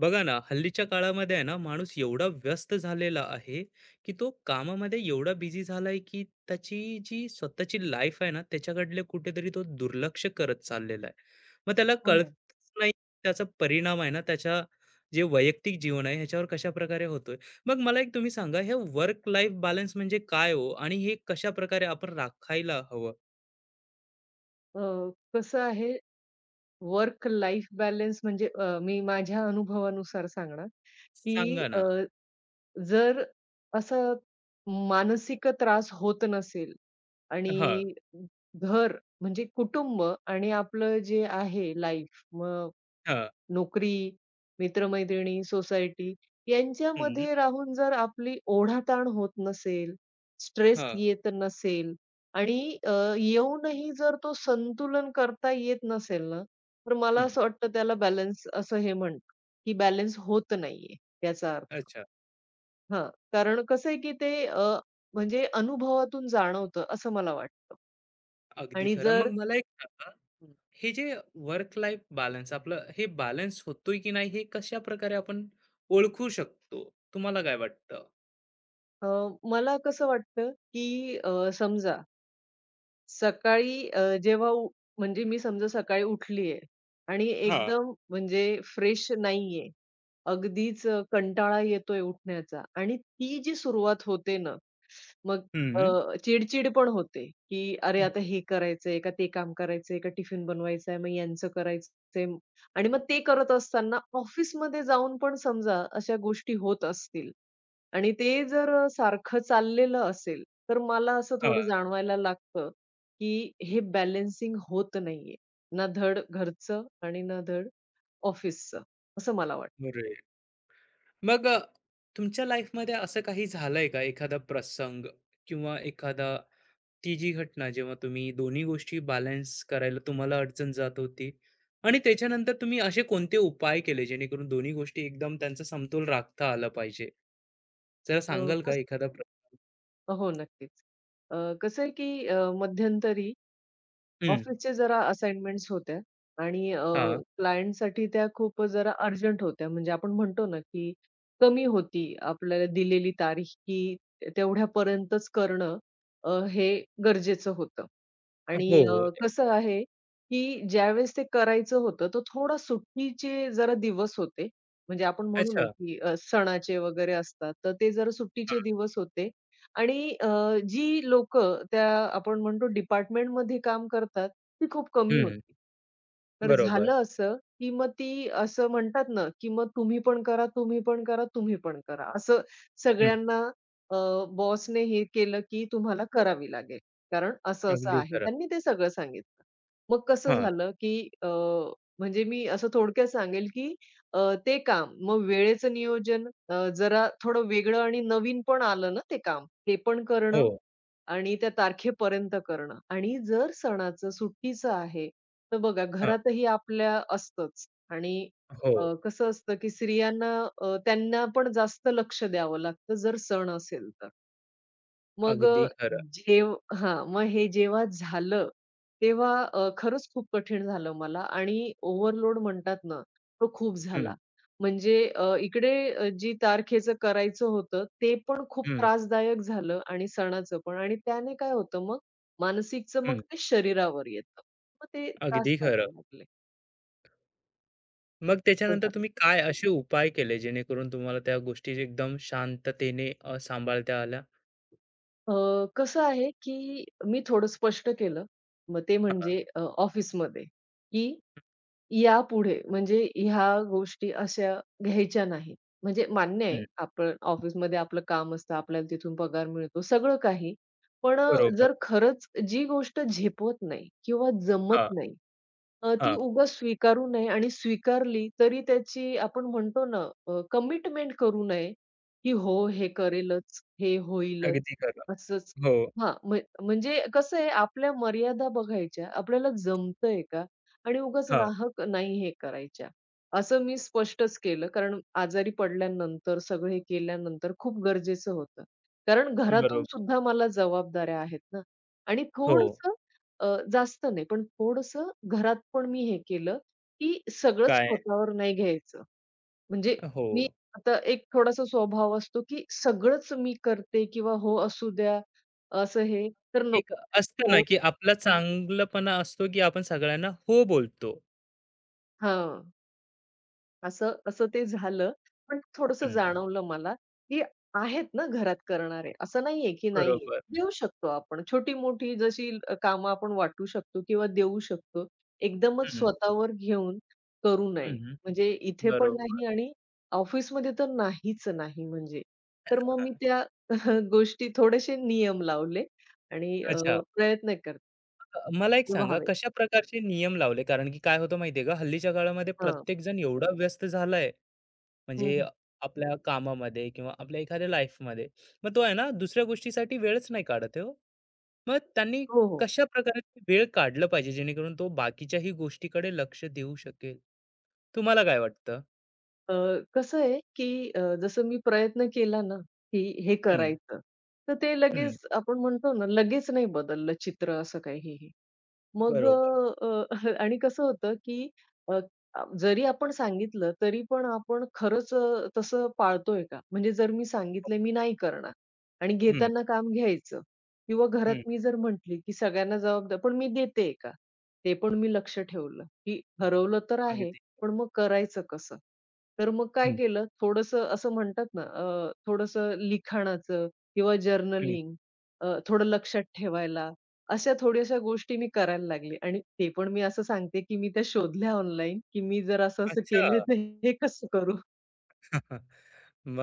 बघा ना, हल्लीच्या काळामध्ये आहे ना माणूस एवढा व्यस्त झालेला आहे की तो कामामध्ये एवढा बिझी झालाय की त्याची जी स्वतःची लाईफ आहे ना त्याच्याकडले कुठेतरी तो दुर्लक्ष करत चाललेला आहे. मग त्याला हो कळत ना. नाही त्याचा परिणाम आहे ना त्याच्या जे वैयक्तिक जीवन आहे ह्याच्यावर कशा प्रकारे होतोय. मग मला एक तुम्ही सांगा, हे वर्क लाईफ बॅलन्स म्हणजे काय हो आणि हे कशा प्रकारे आपण राखायला हवं? अ, कसं आहे वर्क लाईफ बॅलन्स म्हणजे मी माझ्या अनुभवानुसार सांगणार, की सांगा ना. जर असं मानसिक त्रास होत नसेल हा. आणि घर म्हणजे कुटुंब आणि आपलं जे आहे लाईफ मग हा. नोकरी, मित्रमैत्रिणी, सोसायटी हम्म. यांच्यामध्ये राहून जर आपली ओढाताण होत नसेल, स्ट्रेस हा. येत नसेल आणि येऊनही जर तो संतुलन करता येत नसेल ना, तर मला हम्म. असं वाटतं त्याला बॅलन्स असं हे म्हणतात, की बॅलन्स होत नाहीये याचा अर्थ. अच्छा. हां, कारण कसं आहे, की ते म्हणजे अनुभवातून जाणवतं असं मला वाटतं अगदी आणि खरं. जर मग मला एक सांगा, हे जे वर्क लाईफ बॅलन्स आपलं हे बॅलन्स होतोय की नाही हे कशा प्रकारे आपण ओळखू शकतो? तुम्हाला काय वाटतं? अ, मला कसं वाटतं, की समजा सकाळी जेव्हा उ म्हणजे मी समजा सकाळी उठली आहे आणि हा. एकदम म्हणजे फ्रेश नाहीये. अगदीच कंटाळा येतोय उठण्याचा आणि ती जी सुरुवात होते ना, मग हम्म. चिड पण होते, की "अरे, आता हे करायचंय का ते काम करायचंय का टिफिन बनवायचा आहे, मग यांचं करायचंय." आणि मग ते करत असताना ऑफिसमध्ये जाऊन पण समजा अशा गोष्टी होत असतील, आणि ते जर सारखं चाललेलं असेल, तर मला असं हा. थोडं जाणवायला लागतं, की हे बॅलन्सिंग होत नाहीये. ना धड घरचं आणि ना धड ऑफिसचं, असं मला वाटतं. बरोबर. मग तुमच्या लाईफमध्ये असं काही झालंय का एखादा प्रसंग किंवा एखादा ती जी घटना जेव्हा तुम्ही दोन्ही गोष्टी बॅलन्स करायला तुम्हाला अडचण जात होती आणि त्याच्यानंतर तुम्ही असे कोणते उपाय केले जेणेकरून दोन्ही गोष्टी एकदम त्यांचा समतोल राखता आला पाहिजे? जरा अ, सांगाल का कस एखादा प्रसंग? हो, नक्कीच. अ, कसं आहे, की मध्यंतरी हम्म. ऑफिसच्या जरा असाइनमेंट्स होत्या आणि हा. क्लायंटसाठी त्या खूप जरा अर्जंट होत्या. म्हणजे आपण म्हणतो ना, की कमी होती. आपल्याला दिलेली तारीख, की तेवढ्यापर्यंतच करणं हे गरजेचं होतं. आणि हो. कसं आहे, की ज्यावेळेस ते करायचं होतं, तो थोडा सुट्टीचे जरा दिवस होते. म्हणजे आपण म्हणू ना, अच्छा. की सणाचे वगैरे असतात, तर ते जरा सुट्टीचे हां. दिवस होते. आणि जी लोक त्या आपण म्हणतो डिपार्टमेंटमध्ये काम करतात, ती खूप कमी हं. होती. तर बरोबर. झालं असं, की मग ती असं म्हणतात ना, की मग तुम्ही पण करा, तुम्ही पण करा, तुम्ही पण करा. असं हं. सगळ्यांना अ, बॉसने हे केलं, की तुम्हाला करावी लागेल. कारण असं-असं अगदी आहे. खरं. त्यांनी ते सगळं सांगितलं. मग कसं हां. झालं, की म्हणजे मी असं थोडक्यात सांगेल, की अ, ते काम मग वेळेचं नियोजन जरा थोडं वेगळं आणि नवीन पण आलं ना ते काम. ते पण करणं हो. आणि त्या तारखेपर्यंत करणं आणि जर सणाचं, सुट्टीचं आहे, तर बघा हां. घरातही आपल्या असतंच आणि हो. कसं असतं की स्त्रियांना त्यांना पण जास्त लक्ष द्यावं लागतं जर सण असेल तर. मग अगदी खरं. जेव हां, मग हे जेव्हा झालं, तेव्हा खरंच खूप कठीण झालं मला आणि ओव्हरलोड म्हणतात ना, तो खूप हं. झाला. म्हणजे इकडे जी तारखेचं करायचं होतं, ते पण खूप हं. त्रासदायक झालं आणि सणाचं पण आणि त्याने काय होतं मग मानसिकचं मग हं. ते शरीरावर येतं. मग ते त्रास अगदी खरं. व्हायला लागले. मग असं त्याच्यानंतर झालं. तुम्ही काय असे उपाय केले जेणेकरून तुम्हाला त्या गोष्टी एकदम शांततेने सांभाळता आल्या? अ, कसं आहे, की मी थोडं स्पष्ट केलं. मग ते हां. म्हणजे ऑफिसमध्ये, की यापुढे म्हणजे ह्या गोष्टी अशा घ्यायच्या नाहीत. म्हणजे मान्य आहे, हं. आपण ऑफिसमध्ये आपलं काम असतं, आपल्याला तिथून पगार मिळतो, सगळं काही. पण बरोबर. जर खरंच जी गोष्ट झेपवत नाही किंवा हां. जमत नाही, ती हां. उगाच स्वीकारू नये आणि स्वीकारली तरी त्याची आपण म्हणतो ना कमिटमेंट करू नये, की हो, हे करेलच, हे होईलच अगदी खरं. असंच. हो. हां, म्हणजे कसं आहे आपल्या मर्यादा बघायच्या, आपल्याला जमतंय का? आणि उगाच हां. नाहक नाही हे करायच्या. असं मी स्पष्टच केलं कारण आजारी पडल्यानंतर, सगळं हे केल्यानंतर खूप गरजेचं होतं. कारण घरातून बरोबर. सुद्धा मला जबाबदाऱ्या आहेत ना आणि हो. थोडंसं जास्त नाही, पण थोडंसं घरात पण मी हे केलं, की सगळंच काय? स्वतःवर नाही घ्यायचं. म्हणजे हो. मी आता एक थोडासा स्वभाव असतो, की सगळंच मी करते किंवा हो असू द्या, असं हे तर नको. एक असतं ना, हो की आपला चांगलपणा असतो, की आपण सगळ्यांना हो बोलतो. हां. असं असं ते झालं. पण थोडंसं हां. हं. जाणवलं मला, की आहेत ना घरात करणारे. असं नाहीये की नाहीये. बरोबर. देऊ शकतो आपण. छोटी-मोठी जशी कामं आपण वाटू शकतो किंवा देऊ शकतो. एकदमच हं. स्वतःवर घेऊन करू नये. हं, म्हणजे इथे पण बरोबर. नाही आणि ऑफिसमध्ये तर नाहीच नाही म्हणजे. तर मग मी त्या गोष्टी थोडेसे नियम लावले आणि अच्छा. प्रयत्न करते मला एक ते सांगा, व्हावेत. कशा प्रकारचे नियम लावले? कारण की काय होतं माहिती आहे का, हल्लीच्या काळामध्ये हां. प्रत्येक जण एवढा व्यस्त झालाय, म्हणजे हं, आपल्या कामामध्ये किंवा आपल्या एखाद्या लाईफमध्ये. मग तो आहे ना दुसऱ्या गोष्टीसाठी वेळच नाही काढत आहे हो. मग त्यांनी हो, हो. कशा प्रकारे ते वेळ काढलं पाहिजे जेणेकरून तो बाकीच्याही गोष्टीकडे लक्ष देऊ शकेल? तुम्हाला काय वाटतं? अ, कसं आहे, की जसं मी प्रयत्न केला ना, की हे हं, करायचं, तर ते हं. लगेच आपण म्हणतो ना, लगेच नाही बदललं चित्र असं काही. मग बरोबर. अ, आणि कसं होतं, की अ, जरी आपण सांगितलं, तरी पण आपण खरंच तसं पाळतोय का? म्हणजे जर मी सांगितलं, "मी नाही करणार" आणि हं, घेताना काम घ्यायचं किंवा हं. घरात मी जर म्हटली, की सगळ्यांना जबाबदार पण मी देते का? ते पण मी लक्ष ठेवलं, की ठरवलं तर आहे, अगदी. पण मग करायचं कसं? तर मग काय हं, केलं, थोडंसं असं म्हणतात ना, लिखाणाचं किंवा हं. जर्नलिंग थोडं लक्षात ठेवायला अशा थोड्याशा गोष्टी मी करायला लागले आणि ते पण मी असं सांगते, की मी त्या शोधल्या ऑनलाईन, की मी जर असं-असं अच्छा. केलंय तर हे कसं करू?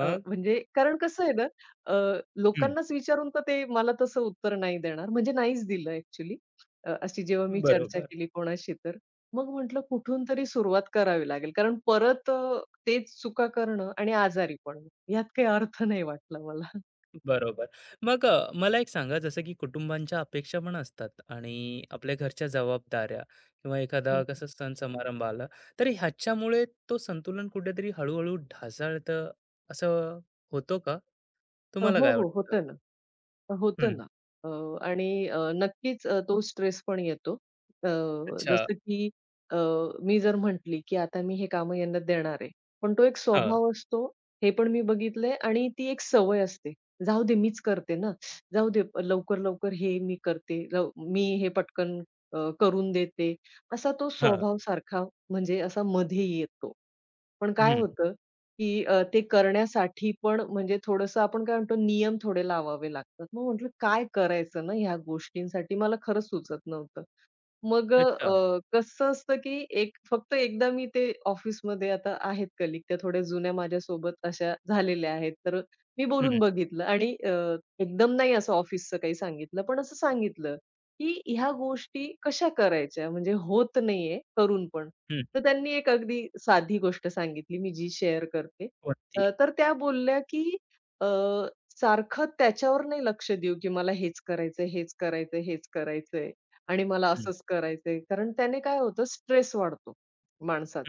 म्हणजे कारण कसं आहे ना, अ, लोकांनाच विचारून तर ते मला तसं उत्तर नाही देणार, म्हणजे नाहीच दिलं ॲक्चुअली. अशी जेव्हा मी चर्चा बरोबर, केली कोणाशी तर, मग म्हटलं कुठून तरी सुरुवात करावी लागेल. कारण परत तेच चुका करणं आणि आजारी पडणं यात काही अर्थ नाही वाटला मला. बरोबर. मग मला एक सांगा, जसं की कुटुंबांच्या अपेक्षा पण असतात आणि आपल्या घरच्या जबाबदाऱ्या किंवा एखादा हं, कसं सण समारंभ आला, तर ह्याच्यामुळे तो संतुलन कुठेतरी हळू-हळू ढासळतं असं होतो का? तुम्हाला हो, काय हो, वाटतं? होतं ना. होतं हं, ना. अ, आणि नक्कीच तो स्ट्रेस पण येतो. अ, अच्छा. जसं की अ, मी जर म्हटली, की आता मी हे कामं यांना देणार आहे. पण तो एक हां, स्वभाव असतो, हे पण मी बघितलंय आणि ती एक सवय असते. जाऊ दे मीच करते ना, जाऊ दे लवकर-लवकर हे मी करते, मी हे पटकन करून देते. असा तो हां. स्वभाव सारखा म्हणजे असा मध्ये येतो. पण काय हं, होतं, की ते करण्यासाठी पण म्हणजे थोडंसं आपण काय म्हणतो नियम थोडे लावावे लागतात. मग म्हटलं काय करायचं ना ह्या गोष्टींसाठी मला खरंच सुचत नव्हतं. मग अच्छा. कसं असतं, की एक फक्त एकदा मी ते ऑफिसमध्ये आता आहेत कलीग त्या थोड्या जुन्या माझ्यासोबत अशा झालेल्या आहेत. तर मी हं, बोलून बघितलं आणि एकदम नाही असं ऑफिसचं काही सांगितलं, पण असं सांगितलं, की ह्या गोष्टी कशा करायच्या? म्हणजे होत नाहीये करून पण. हं. तर त्यांनी एक अगदी साधी गोष्ट सांगितली मी जी शेअर करते. कोणती? तर त्या बोलल्या, की अ, "सारखं त्याच्यावर नाही लक्ष देऊ, की मला हेच करायचंय, हेच करायचंय, हेच करायचंय." आणि मला हं, असंच करायचंय. कारण त्याने काय होतं स्ट्रेस वाढतो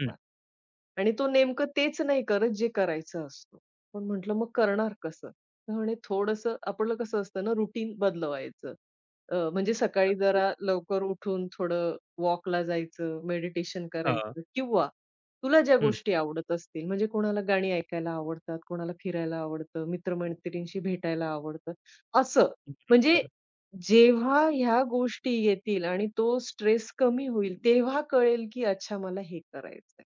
हं. आणि तो नेमकं तेच नाही करत जे करायचं असतं. पण म्हटलं मग करणार कसं? तर म्हणे थोडंसं आपलं कसं असतं ना रुटीन बदलवायचं. म्हणजे सकाळी अगदी. जरा लवकर उठून थोडं वॉकला जायचं, मेडिटेशन हां. करायचं किंवा तुला ज्या हं, गोष्टी आवडत असतील, म्हणजे कोणाला गाणी ऐकायला आवडतात, कोणाला फिरायला आवडतं, मित्र-मैत्रिणींशी भेटायला आवडतं, असं. म्हणजे बरोबर. जेव्हा ह्या गोष्टी येतील आणि तो स्ट्रेस कमी होईल, तेव्हा कळेल की अच्छा मला हे करायचंय.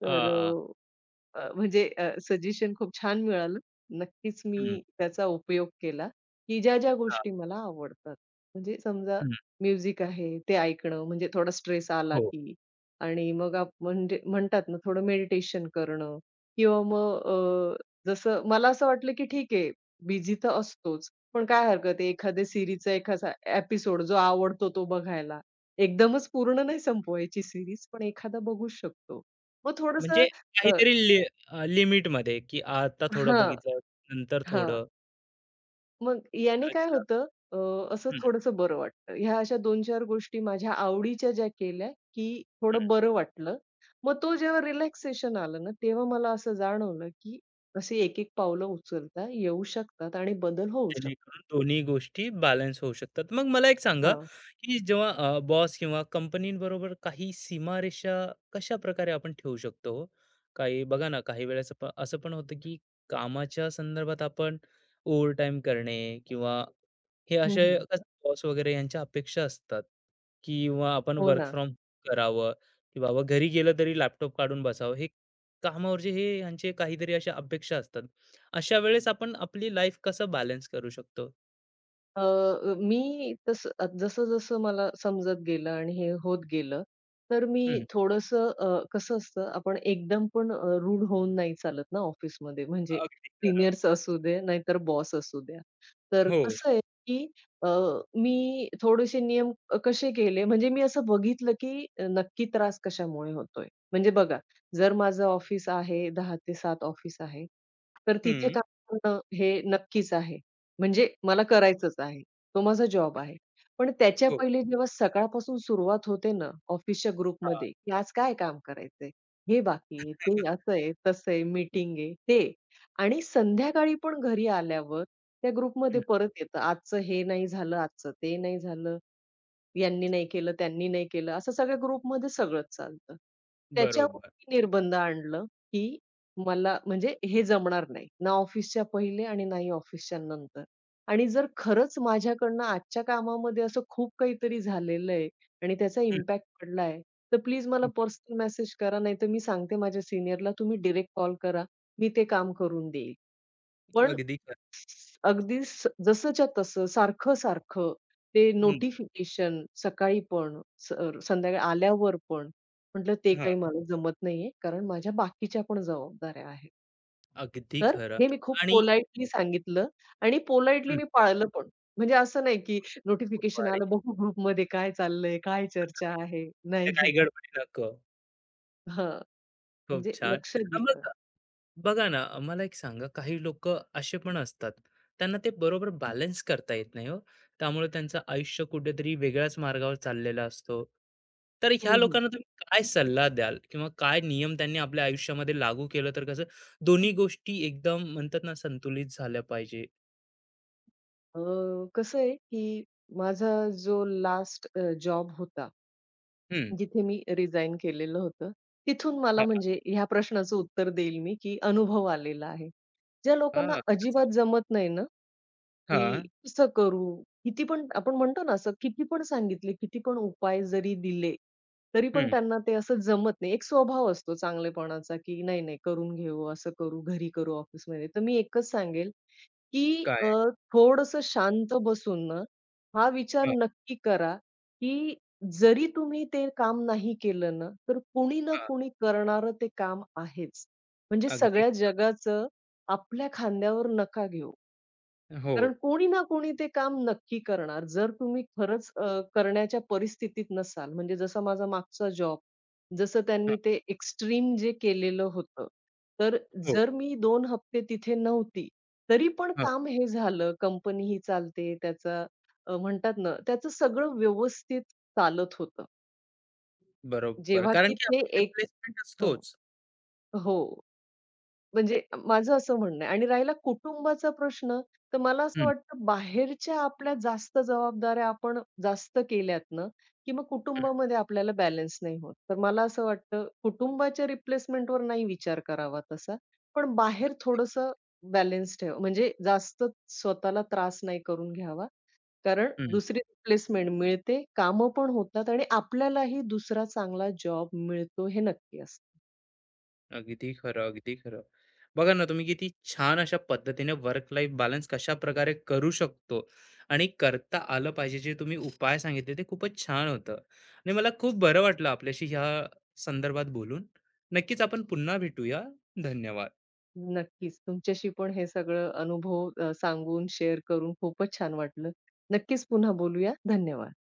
तर आ, म्हणजे सजेशन खूप छान मिळालं. नक्कीच मी हं, त्याचा उपयोग केला, की ज्या-ज्या हां. गोष्टी मला आवडतात. म्हणजे समजा हं, म्युझिक आहे, ते ऐकणं म्हणजे थोडा स्ट्रेस आला हो. की आणि मग म्हणजे म्हणतात ना थोडं मेडिटेशन करणं किंवा मग जसं मला असं वाटलं की ठीक आहे, बिझी तर असतोच, पण काय हरकत आहे एखाद्या सीरीजचा एखादा एपिसोड जो आवडतो तो बघायला. एकदमच पूर्ण नाही संपवायची सीरीज, पण एखादा बघू शकतो. मग म्हणजे थोडंसं काहीतरी लिमिटमध्ये, की आता थोडं हां, बघितलं, नंतर हां. थोडं. मग याने काय अच्छा. होतं अ, असं हं, थोडंसं बरं वाटतं. ह्या अशा 2-4 गोष्टी माझ्या आवडीच्या ज्या केल्या, की हं. थोडं बरं वाटलं. मग तो जेव्हा रिलॅक्सेशन आलं ना, तेव्हा मला असं जाणवलं, की असे एक-एक पावलं उचलता येऊ शकतात आणि बदल होऊ शकतो. जेणेकरून दोन्ही गोष्टी बॅलन्स होऊ शकतात. मग मला एक सांगा, हां. की जेव्हा बॉस किंवा कंपनीबरोबर काही सीमारेषा कशाप्रकारे आपण ठेवू शकतो हो? काही बघा ना, काही वेळेस प असं पण होतं, की कामाच्या संदर्भात आपण ओव्हरटाईम करणे किंवा हे हं, असे हं. बॉस वगैरे यांच्या अपेक्षा असतात, किंवा आपण हो वर्क ना. फ्रॉम करावं, की बाबा घरी गेलं तरी लॅपटॉप काढून बसावं. हे कामावरचे हे यांचे काहीतरी अशा अपेक्षा असतात. अशा वेळेस आपण आपली लाईफ कसं बॅलन्स करू शकतो? अ, मी तस जसं-जसं मला समजत गेलं आणि हे होत गेलं, तर मी हं. थोडंसं कसं असतं आपण एकदम पण रूड होऊन नाही चालत ना ऑफिसमध्ये म्हणजे अगदी खरं. सीनियर्स असू दे, नाहीतर बॉस असू द्या. तर हो. कसं आहे, की अ, मी थोडेसे नियम कसे केले म्हणजे मी असं बघितलं, की नक्की त्रास कशामुळे होतोय. म्हणजे बघा, जर माझं ऑफिस आहे 10 ते 7 ऑफिस आहे, तर तिथे हं. काम करणं हे नक्कीच आहे. म्हणजे मला करायचंच आहे. तो माझा जॉब आहे. पण त्याच्या हो. पहिले जेव्हा सकाळपासून सुरुवात होते ना, ऑफिसच्या हां. ग्रुपमध्ये, की आज काय काम करायचंय? हे बाकी आहे, ते असं आहे, तसं आहे, मीटिंग आहे, ते. आणि संध्याकाळी पण घरी आल्यावर त्या हं. ग्रुपमध्ये परत येतं, आजचं हे नाही झालं, आजचं ते नाही झालं. यांनी नाही केलं, त्यांनी नाही केलं, असं सगळ्या ग्रुपमध्ये सगळंच चालतं. त्याच्यावर बरोबर. मी निर्बंध आणलं, की मला म्हणजे हे जमणार नाही. ना ऑफिसच्या पहिले आणि नाही ऑफिसच्या नंतर. आणि जर खरंच माझ्याकडनं आजच्या कामामध्ये असं खूप काहीतरी झालेलं आहे आणि त्याचा हं, इम्पॅक्ट पडला तर प्लीज मला हं. पर्सनल मेसेज करा, नाहीतर मी सांगते माझ्या सीनियरला, तुम्ही डायरेक्ट कॉल करा, मी ते काम करून देईल. पण अगदी खरं. अगदी जसंच्या तसं, सारखं-सारखं ते हं. नोटिफिकेशन सकाळी पण, संध्याकाळी आल्यावर पण. म्हटलं ते हां. काही मला जमत नाहीये, कारण माझ्या बाकीच्या पण जबाबदाऱ्या आहेत. अगदी तर खरं. हे मी खूप आणि पोलाइटली सांगितलं आणि पोलाइटली हं. मी पाळलं पण. म्हणजे असं नाही, की खूप नोटिफिकेशन भारी. आलं बघू ग्रुपमध्ये काय चाललंय, काय चर्चा आहे. ते नाही. काही गडबडी नको. हां, खूप म्हणजे छान. लक्ष दिलं. मग बघा ना, मला एक सांगा, काही लोक असे पण असतात त्यांना ते बरोबर बॅलन्स करता येत नाही हो, त्यामुळे त्यांचं आयुष्य कुठेतरी वेगळ्याच मार्गावर चाललेला असतो. तर हं, ह्या हं. लोकांना तुम्ही काय सल्ला द्याल किंवा काय नियम त्यांनी आपल्या आयुष्यामध्ये लागू केलं तर कसं दोन्ही गोष्टी एकदम म्हणतात ना संतुलित झाल्या पाहिजे? कसं आहे, की माझा जो लास्ट जॉब होता हम्म. जिथे मी रिझाइन केलेलं होतं. तिथून हा. मला म्हणजे ह्या प्रश्नाचं उत्तर देईल मी, की अनुभव आलेला आहे. ज्या लोकांना हा, अजिबात कसं? जमत नाही ना, हा. की कसं करू? किती पण आपण म्हणतो ना असं किती पण सांगितले, किती पण उपाय जरी दिले, तरी पण हम्म. त्यांना ते असं जमत नाही. एक स्वभाव असतो चांगलेपणाचा, की नाही, नाही करून घेऊ, असं करू, घरी करू, ऑफिसमध्ये. तर मी एकच सांगेल, की काय? शांत बसून ना, हा विचार हा. नक्की करा, की जरी तुम्ही ते काम नाही केलं ना, तर कुणी ना हा, कुणी करणारं ते काम आहेच. म्हणजे अगदी. सगळ्या जगाचं आपल्या खांद्यावर नका घेऊ. हो. कारण कोणी ना कोणी ते काम नक्की करणार. जर तुम्ही खरंच करण्याच्या परिस्थितीत नसाल, म्हणजे जसा माझा मागचा जॉब, जसं हा. त्यांनी ते एक्स्ट्रीम जे केलेलं होतं. तर हो. जर मी 2 हप्ते तिथे नव्हती, तरी पण हा, काम हे झालं. कंपनी ही चालते, त्याचा म्हणतात ना, त्याचं सगळं व्यवस्थित चालत होतं. बरोबर जेव्हा कारण की की ते आपला एक रिप्लेसमेंट हं. असतोच. हो. म्हणजे माझं असं म्हणणं आहे आणि राहिला कुटुंबाचा प्रश्न, तर मला असं हम्म. वाटतं बाहेरच्या आपल्या जास्त जबाबदाऱ्या आपण जास्त केल्यात ना, की मग हम्म. कुटुंबामध्ये आपल्याला बॅलन्स नाही होत. तर मला असं वाटतं कुटुंबाच्या रिप्लेसमेंटवर नाही विचार करावा तसा, पण बाहेर थोडंसं बॅलन्स ठेवा. म्हणजे जास्त स्वतःला त्रास नाही करून घ्यावा. कारण हम्म. दुसरी रिप्लेसमेंट मिळते, कामं पण होतात आणि आपल्यालाही दुसरा चांगला जॉब मिळतो हे नक्की असतं. अगदी खरं, अगदी खरं. बघा ना, तुम्ही किती छान अशा पद्धतीने वर्क लाईफ बॅलन्स कशा प्रकारे करू शकतो आणि करता आलं पाहिजे, जे तुम्ही उपाय सांगितले ते खूपच छान होतं आणि मला खूप बरं वाटलं आपल्याशी ह्या संदर्भात बोलून. नक्कीच आपण पुन्हा भेटूया. धन्यवाद. नक्कीच. तुमच्याशी पण हे सगळं अनुभव सांगून शेअर करून खूपच छान वाटलं. नक्कीच पुन्हा बोलूया. धन्यवाद.